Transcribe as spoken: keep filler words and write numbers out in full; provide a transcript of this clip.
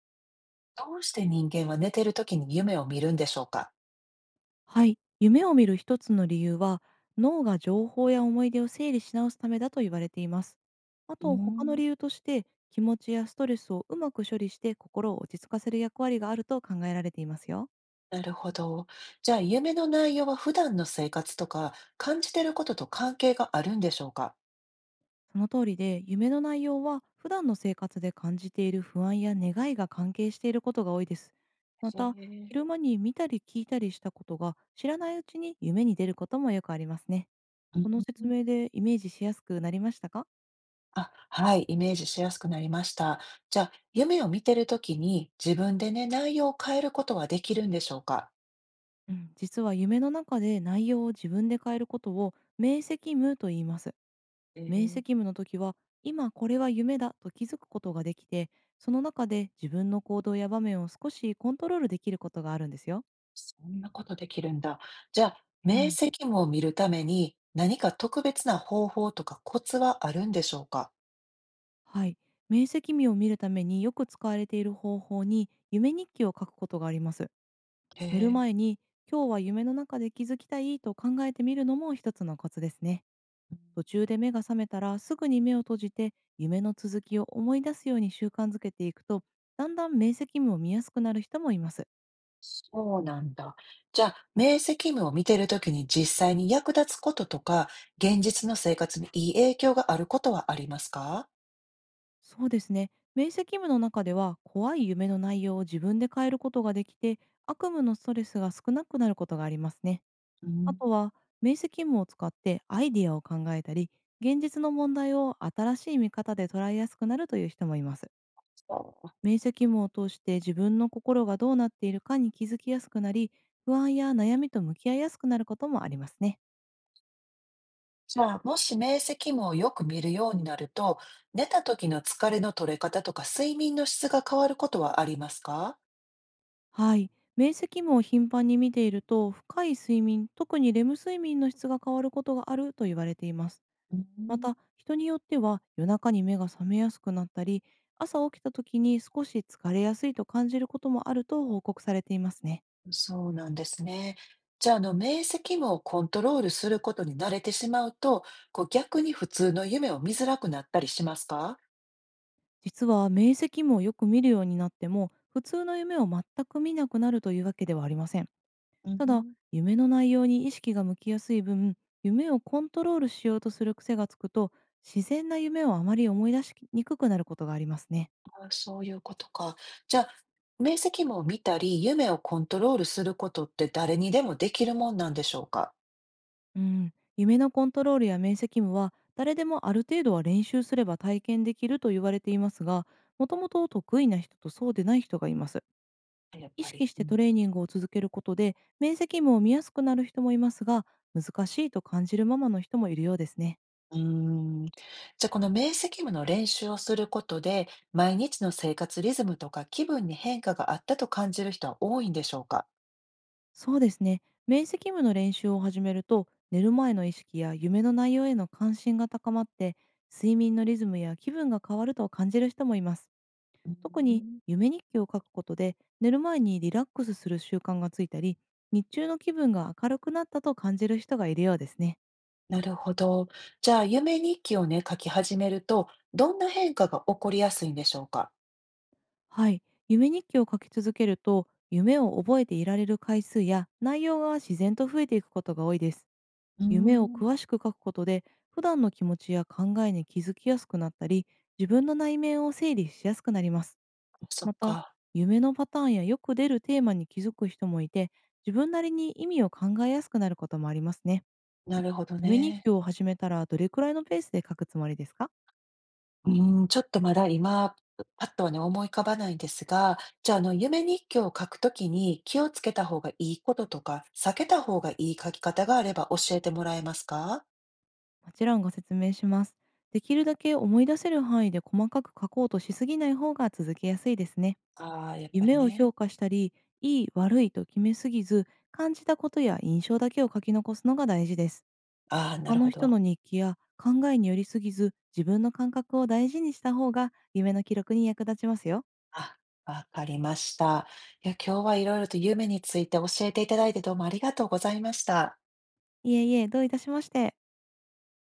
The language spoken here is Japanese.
どうして人間は寝てる時に夢を見るんでしょうか？はい、夢を見る一つの理由は脳が情報や思い出を整理し直すためだと言われています。あうーと他のん、理由として気持ちやストレスをうまく処理して心を落ち着かせる役割があると考えられていますよ。なるほど。じゃあ夢の内容は普段の生活とか感じてることと関係があるんでしょうか？その通りで夢の内容は普段の生活で感じている不安や願いが関係していることが多いです。まへたえ。昼間に見たり聞いたりしたことが知らないうちに夢に出ることもよくありますね。うこん。の説明でイメージしやすくなりましたか？あ、はい、イメージしやすくなりました。じゃあ夢を見てる時に自分でね、内容を変えることはできるんでしょうか？うん、実は夢の中で内容を自分で変えることを明晰夢と言います。え明ー、晰夢の時は今これは夢だと気づくことができて、その中で自分の行動や場面を少しコントロールできることがあるんですよ。そんなことできるんだ。じゃあう明ん、晰夢を見るために何か特別な方法とかコツはあるんでしょうか？はい。明晰夢を見るためによく使われている方法に夢日記を書くことがあります。へ寝るえ。前に今日は夢の中で気づきたいと考えてみるのも一つのコツですね。途中で目が覚めたらすぐに目を閉じて夢の続きを思い出すように習慣づけていくと、だんだん明晰夢を見やすくなる人もいます。そうなんだ。じゃあ、明晰夢を見てるときに実際に役立つこととか、現実の生活にいい影響があることはありますか？そうですね、明晰夢の中では怖い夢の内容を自分で変えることができて、悪夢のストレスが少なくなることがありますね。うあん。とは明晰夢を使ってアイディアを考えたり、現実の問題を新しい見方で捉えやすくなるという人もいます。そう。面積夢を通して自分の心がどうなっているかに気づきやすくなり、不安や悩みと向き合いやすくなることもありますね。じゃあ、もし明晰夢をよく見るようになると、寝た時の疲れの取れ方とか睡眠の質が変わることはありますか？はい。面積夢を頻繁に見ていると、深い睡眠、特にレム睡眠の質が変わることがあると言われています。うまん。た、人によっては夜中に目が覚めやすくなったり、朝起きた時に少し疲れやすいと感じることもあると報告されていますね。そうなんですね。じゃあ、あの、明晰夢をコントロールすることに慣れてしまうと、こう逆に普通の夢を見づらくなったりしますか？実は明晰夢をよく見るようになっても普通の夢を全く見なくなるというわけではありません。うただ、ん。夢の内容に意識が向きやすい分、夢をコントロールしようとする癖がつくと、自然な夢をあまり思い出しにくくなることがありますね。あ、そういうことか。じゃあ、明晰夢を見たり、夢をコントロールすることって誰にでもできるもんなんでしょうか？うん、夢のコントロールや面積務は、誰でもある程度は練習すれば体験できると言われていますが、もともと得意な人とそうでない人がいます。やっ意ぱ識り。しうてん。トレーニングを続けることで、面積務を見やすくなる人もいますが、難しいと感じるままの人もいるようですね。うーん。じゃあ、この明晰夢の練習をすることで、毎日の生活リズムとか気分に変化があったと感じる人は多いんでしょうか？そうですね。面積務の練習を始めると、寝る前の意識や夢の内容への関心が高まって、睡眠のリズムや気分が変わると感じる人もいます。うー特にん、夢日記を書くことで、寝る前にリラックスする習慣がついたり、日中の気分が明るくなったと感じる人がいるようですね。なるほど。じゃあ、夢日記をね、書き始めると、どんな変化が起こりやすいんでしょうか？はい。夢日記を書き続けると、夢を覚えていられる回数や内容が自然と増えていくことが多いです。うー夢をん、詳しく書くことで普段の気持ちや考えに気づきやすくなったり、自分の内面を整理しやすくなります。そっまたか。夢のパターンやよく出るテーマに気づく人もいて、自分なりに意味を考えやすくなることもありますね。なるほど夢日ね。記を始めたらどれくらいのペースで書くつもりですか？うーん、ちょっとまだ今、パッとはね、思い浮かばないんですが、じゃあ、あの、夢日記を書くときに気をつけた方がいいこととか、避けた方がいい書き方があれば教えてもらえますか？もちろんご説明します。できるだけ思い出せる範囲で細かく書こうとしすぎない方が続けやすいですね。ああー、やっぱり夢をね。評価したり、いい悪いと決めすぎず、感じたことや印象だけを書き残すのが大事です。ああ、な他るほの人ど。の日記や考えによりすぎず、自分の感覚を大事にした方が夢の記録に役立ちますよ。あ、わかりました。いや、今日は色々と夢について教えていただいてどうもありがとうございました。いえいえ、どういたしまして。